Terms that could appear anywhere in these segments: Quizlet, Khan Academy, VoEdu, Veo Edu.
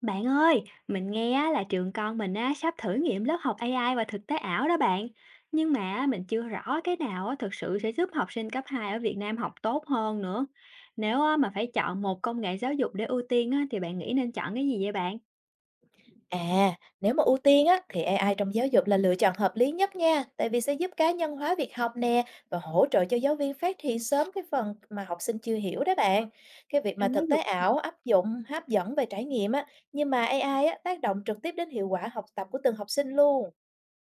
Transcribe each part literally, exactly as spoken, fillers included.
Bạn ơi, mình nghe á, là trường con mình á, sắp thử nghiệm lớp học a i và thực tế ảo đó bạn. Nhưng mà á, mình chưa rõ cái nào á, thực sự sẽ giúp học sinh cấp hai ở Việt Nam học tốt hơn nữa. Nếu á, mà phải chọn một công nghệ giáo dục để ưu tiên á, thì bạn nghĩ nên chọn cái gì vậy bạn? À, nếu mà ưu tiên á, thì a i trong giáo dục là lựa chọn hợp lý nhất nha, tại vì sẽ giúp cá nhân hóa việc học nè và hỗ trợ cho giáo viên phát hiện sớm cái phần mà học sinh chưa hiểu đó bạn. Cái việc mà Trong giáo thực dục. tế ảo áp dụng hấp dẫn về trải nghiệm á, nhưng mà a i á, tác động trực tiếp đến hiệu quả học tập của từng học sinh luôn.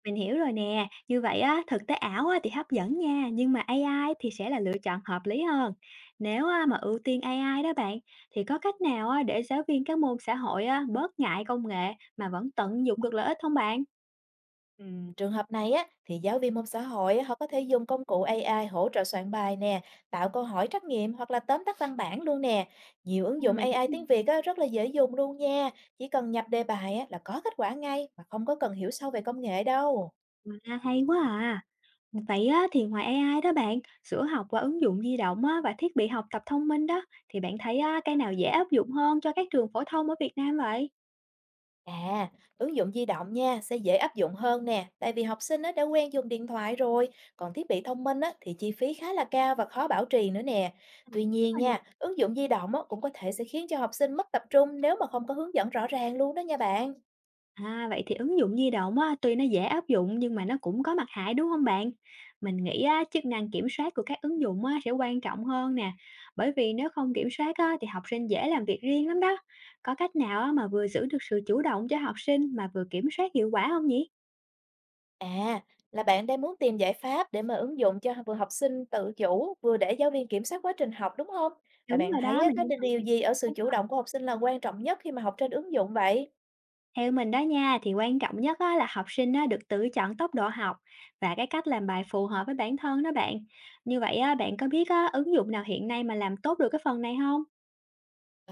Mình hiểu rồi nè, như vậy á, thực tế ảo á, thì hấp dẫn nha, nhưng mà a i thì sẽ là lựa chọn hợp lý hơn. Nếu á, mà ưu tiên a i đó bạn, thì có cách nào á, để giáo viên các môn xã hội á, bớt ngại công nghệ mà vẫn tận dụng được lợi ích không bạn? Ừm, trường hợp này á, thì giáo viên môn xã hội á, họ có thể dùng công cụ a i hỗ trợ soạn bài nè, tạo câu hỏi trắc nghiệm hoặc là tóm tắt văn bản luôn nè. Nhiều À, ứng dụng mình hiểu. a i tiếng Việt á, rất là dễ dùng luôn nha. Chỉ cần nhập đề bài á, là có kết quả ngay mà không có cần hiểu sâu về công nghệ đâu. À, hay quá à. Vậy á, thì ngoài a i đó bạn, sửa học qua ứng dụng di động á, và thiết bị học tập thông minh đó, thì bạn thấy á, cái nào dễ áp dụng hơn cho các trường phổ thông ở Việt Nam vậy? À, ứng dụng di động nha sẽ dễ áp dụng hơn nè, tại vì học sinh á, đã quen dùng điện thoại rồi, còn thiết bị thông minh á, thì chi phí khá là cao và khó bảo trì nữa nè. Tuy Đúng nhiên rồi nè. nha, ứng dụng di động á, cũng có thể sẽ khiến cho học sinh mất tập trung nếu mà không có hướng dẫn rõ ràng luôn đó nha bạn. À, vậy thì ứng dụng di động á, tuy nó dễ áp dụng nhưng mà nó cũng có mặt hại đúng không bạn? Mình nghĩ á, chức năng kiểm soát của các ứng dụng á, sẽ quan trọng hơn nè, bởi vì nếu không kiểm soát á, thì học sinh dễ làm việc riêng lắm đó. Có cách nào á, mà vừa giữ được sự chủ động cho học sinh mà vừa kiểm soát hiệu quả không nhỉ? À, là bạn đang muốn tìm giải pháp để mà ứng dụng cho vừa học sinh tự chủ, vừa để giáo viên kiểm soát quá trình học đúng không? Và Đúng bạn rồi thấy đó, á, mình cái đang cần điều cái gì ở sự này. chủ động của học sinh là quan trọng nhất khi mà học trên ứng dụng vậy? Theo mình đó nha, thì quan trọng nhất á, là học sinh á, được tự chọn tốc độ học và cái cách làm bài phù hợp với bản thân đó bạn. Như vậy á, bạn có biết á, ứng dụng nào hiện nay mà làm tốt được cái phần này không?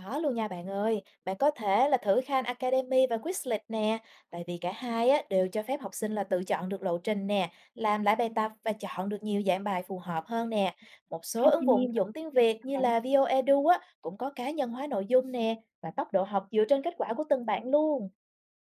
Có luôn nha bạn ơi, bạn có thể là thử Khan Academy và Quizlet nè, tại vì cả hai á, đều cho phép học sinh là tự chọn được lộ trình nè, làm lại bài tập và chọn được nhiều dạng bài phù hợp hơn nè. Một số ứng Academy dụng và dụng tiếng Việt như bạn. là VoEdu á, cũng có cá nhân hóa nội dung nè và tốc độ học dựa trên kết quả của từng bạn luôn.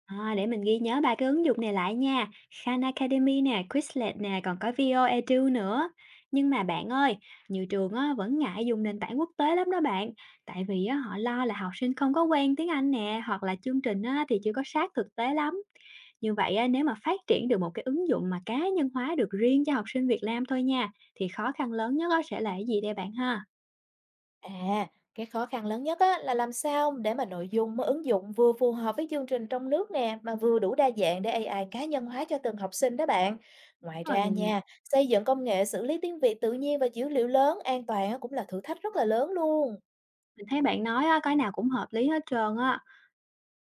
À, để mình ghi nhớ ba cái ứng dụng này lại nha. Khan Academy nè, Quizlet nè, còn có Veo Edu nữa. Nhưng mà bạn ơi, nhiều trường á, vẫn ngại dùng nền tảng quốc tế lắm đó bạn. Tại vì á, họ lo là học sinh không có quen tiếng Anh nè, hoặc là chương trình á, thì chưa có sát thực tế lắm. Như vậy á, nếu mà phát triển được một cái ứng dụng mà cá nhân hóa được riêng cho học sinh Việt Nam thôi nha, thì khó khăn lớn nhất á, sẽ là cái gì đây bạn ha? À, cái khó khăn lớn nhất á, là làm sao để mà nội dung mới ứng dụng vừa phù hợp với chương trình trong nước nè mà vừa đủ đa dạng để a i cá nhân hóa cho từng học sinh đó bạn. Ngoài Rồi ra nè, nha, xây dựng công nghệ xử lý tiếng Việt tự nhiên và dữ liệu lớn an toàn á, cũng là thử thách rất là lớn luôn. mình thấy bạn nói á, cái nào cũng hợp lý hết trơn á.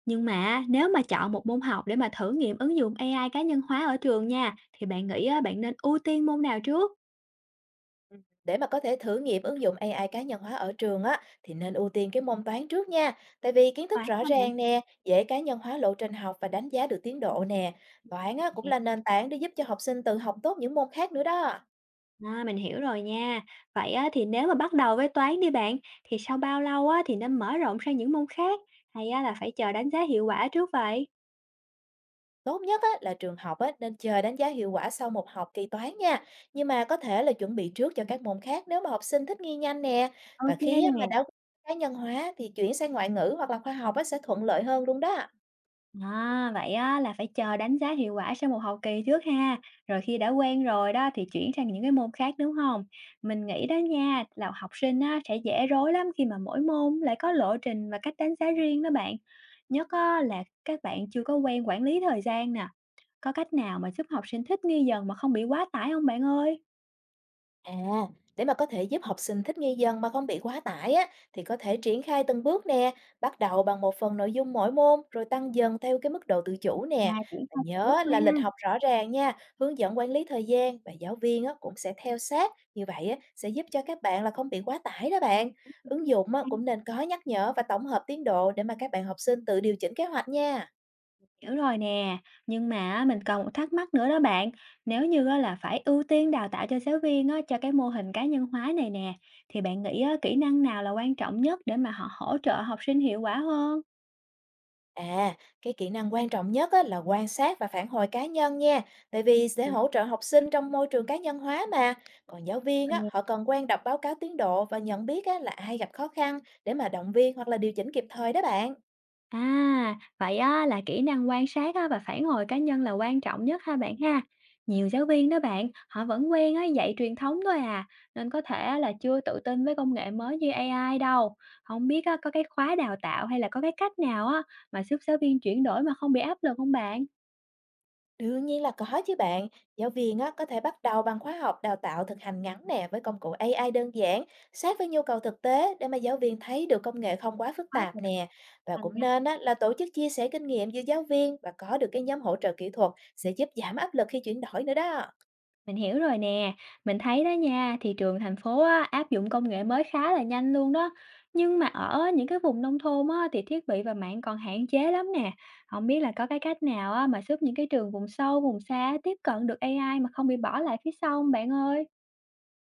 Nhưng mà nếu mà chọn một môn học để mà thử nghiệm ứng dụng a i cá nhân hóa ở trường nha, thì bạn nghĩ á, bạn nên ưu tiên môn nào trước? Ừ, để mà có thể thử nghiệm ứng dụng a i cá nhân hóa ở trường á thì nên ưu tiên cái môn toán trước nha, tại vì kiến thức Toán rõ hả bạn? ràng nè, dễ cá nhân hóa lộ trình học và đánh giá được tiến độ nè. Toán á cũng là nền tảng để giúp cho học sinh tự học tốt những môn khác nữa đó. À, mình hiểu rồi nha. Vậy á, thì nếu mà bắt đầu với toán đi bạn, thì sau bao lâu á, thì nên mở rộng sang những môn khác? Hay á, là phải chờ đánh giá hiệu quả trước vậy? Tốt nhất á, là trường học á, nên chờ đánh giá hiệu quả sau một học kỳ toán nha, nhưng mà có thể là chuẩn bị trước cho các môn khác nếu mà học sinh thích nghi nhanh nè. Và Ok nè. khi á, mà đã cá nhân hóa thì chuyển sang ngoại ngữ hoặc là khoa học á, sẽ thuận lợi hơn luôn đó. À, vậy á, là phải chờ đánh giá hiệu quả sau một học kỳ trước ha, rồi khi đã quen rồi đó thì chuyển sang những cái môn khác đúng không? Mình nghĩ đó nha, là học sinh á, sẽ dễ rối lắm khi mà mỗi môn lại có lộ trình và cách đánh giá riêng đó bạn. Nhất á, là các bạn chưa có quen quản lý thời gian nè. Có cách nào mà giúp học sinh thích nghi dần mà không bị quá tải không bạn ơi? À, để mà có thể giúp học sinh thích nghi dần mà không bị quá tải á, thì có thể triển khai từng bước nè, bắt đầu bằng một phần nội dung mỗi môn rồi tăng dần theo cái mức độ tự chủ À, nè. triển Và khai từng bước nhớ thôi là lịch học rõ ràng nha, hướng dẫn quản lý thời gian và giáo viên á, cũng sẽ theo sát. Như vậy á, sẽ giúp cho các bạn là không bị quá tải đó bạn. Ứng dụng á, cũng ha. nên có nhắc nhở và tổng hợp tiến độ để mà các bạn học sinh tự điều chỉnh kế hoạch nha. Hiểu rồi nè, nhưng mà á, mình còn một thắc mắc nữa đó bạn. Nếu như á là phải ưu tiên đào tạo cho giáo viên á, cho cái mô hình cá nhân hóa này nè, thì bạn nghĩ á, kỹ năng nào là quan trọng nhất để mà họ hỗ trợ học sinh hiệu quả hơn? À, cái kỹ năng quan trọng nhất á, là quan sát và phản hồi cá nhân nha, tại vì sẽ hỗ trợ học sinh trong môi trường cá nhân hóa mà. Còn giáo viên Ừ. á, họ cần quen đọc báo cáo tiến độ và nhận biết á, là ai gặp khó khăn để mà động viên hoặc là điều chỉnh kịp thời đó bạn. À, vậy á, là kỹ năng quan sát á, và phản hồi cá nhân là quan trọng nhất ha bạn ha. Nhiều giáo viên đó bạn, họ vẫn quen á, dạy truyền thống thôi à, nên có thể á, là chưa tự tin với công nghệ mới như a i đâu. Không biết á, có cái khóa đào tạo hay là có cái cách nào á, mà giúp giáo viên chuyển đổi mà không bị áp lực không bạn? Đương nhiên là có chứ bạn. Giáo viên á, có thể bắt đầu bằng khóa học đào tạo thực hành ngắn nè với công cụ a i đơn giản, sát với nhu cầu thực tế để mà giáo viên thấy được công nghệ không quá phức Khóa tạp đào nè. Và tạo. cũng nên á, là tổ chức chia sẻ kinh nghiệm giữa giáo viên và có được cái nhóm hỗ trợ kỹ thuật sẽ giúp giảm áp lực khi chuyển đổi nữa đó. Mình hiểu rồi nè, mình thấy đó nha, thị trường thành phố á, áp dụng công nghệ mới khá là nhanh luôn đó. Nhưng mà ở những cái vùng nông thôn á, thì thiết bị và mạng còn hạn chế lắm nè. Không biết là có cái cách nào á, mà giúp những cái trường vùng sâu, vùng xa tiếp cận được a i mà không bị bỏ lại phía sau không bạn ơi?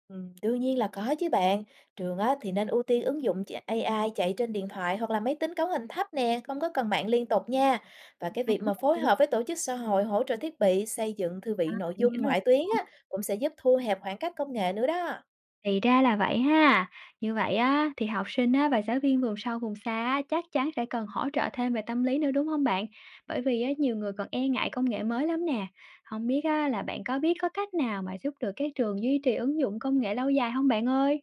Ừm, đương nhiên là có chứ bạn. Trường á, thì nên ưu tiên ứng dụng chạy- a i chạy trên điện thoại hoặc là máy tính cấu hình thấp nè, không có cần mạng liên tục nha. Và cái À, việc có mà cách phối gì? Giúp- hợp với tổ chức xã hội hỗ trợ thiết bị, xây dựng thư À, viện nội mình dung hiểu rồi. ngoại tuyến á, cũng sẽ giúp thu hẹp khoảng cách công nghệ nữa đó. Thì ra là vậy ha. Như vậy á, thì học sinh á, và giáo viên vùng sâu vùng xa á, chắc chắn sẽ cần hỗ trợ thêm về tâm lý nữa đúng không bạn? Bởi vì á, nhiều người còn e ngại công nghệ mới lắm nè. Không biết á, là bạn có biết có cách nào mà giúp được các trường duy trì ứng dụng công nghệ lâu dài không bạn ơi?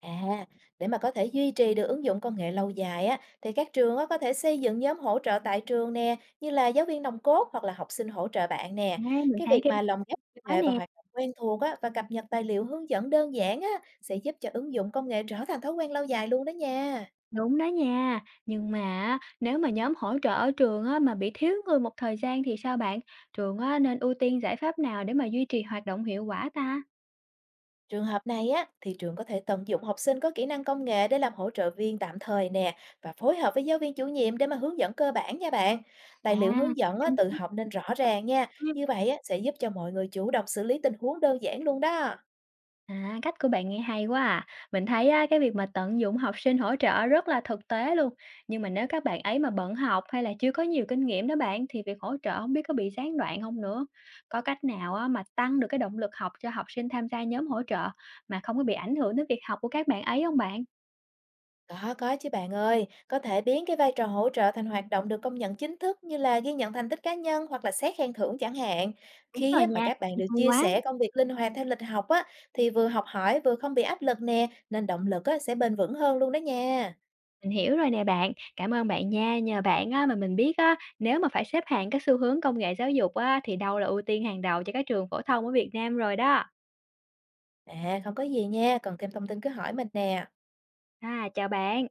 À, để mà có thể duy trì được ứng dụng công nghệ lâu dài á, thì các trường á, có thể xây dựng nhóm hỗ trợ tại trường nè, như là giáo viên nòng cốt hoặc là học sinh hỗ trợ bạn nè. A, mình Cái thấy việc cái ý mà lồng ghép hay công quá nghệ và nè. hoạt động quen thuộc á, và cập nhật tài liệu hướng dẫn đơn giản á, sẽ giúp cho ứng dụng công nghệ trở thành thói quen lâu dài luôn đó nha. Đúng đó nha. Nhưng mà á, nếu mà nhóm hỗ trợ ở trường á, mà bị thiếu người một thời gian thì sao bạn? Trường á, nên ưu tiên giải pháp nào để mà duy trì hoạt động hiệu quả ta? Trường hợp này á, thì trường có thể tận dụng học sinh có kỹ năng công nghệ để làm hỗ trợ viên tạm thời nè và phối hợp với giáo viên chủ nhiệm để mà hướng dẫn cơ bản nha bạn. À, Tài liệu em hướng dẫn á, cũng tự biết. học nên rõ ràng nha. Như vậy á, sẽ giúp cho mọi người chủ động xử lý tình huống đơn giản luôn đó. À, cách của bạn nghe hay quá à. Mình thấy á, cái việc mà tận dụng học sinh hỗ trợ rất là thực tế luôn. Nhưng mà nếu các bạn ấy mà bận học hay là chưa có nhiều kinh nghiệm đó bạn thì việc hỗ trợ không biết có bị gián đoạn không nữa. Có cách nào á, mà tăng được cái động lực học cho học sinh tham gia nhóm hỗ trợ mà không có bị ảnh hưởng đến việc học của các bạn ấy không bạn? Có, có chứ bạn ơi, có thể biến cái vai trò hỗ trợ thành hoạt động được công nhận chính thức như là ghi nhận thành tích cá nhân hoặc là xét khen thưởng chẳng hạn. Đúng Khi rồi á, mà nha, các bạn hay được chia quá. sẻ công việc linh hoạt theo lịch học á, thì vừa học hỏi vừa không bị áp lực nè, nên động lực á, sẽ bền vững hơn luôn đó nha. Mình hiểu rồi nè bạn. Cảm ơn bạn nha. Nhờ bạn á, mà mình biết á, nếu mà phải xếp hạng các xu hướng công nghệ giáo dục á, thì đâu là ưu tiên hàng đầu cho các trường phổ thông ở Việt Nam rồi đó. À, không có gì nha, còn thêm thông tin cứ hỏi mình nè. À, chào bạn.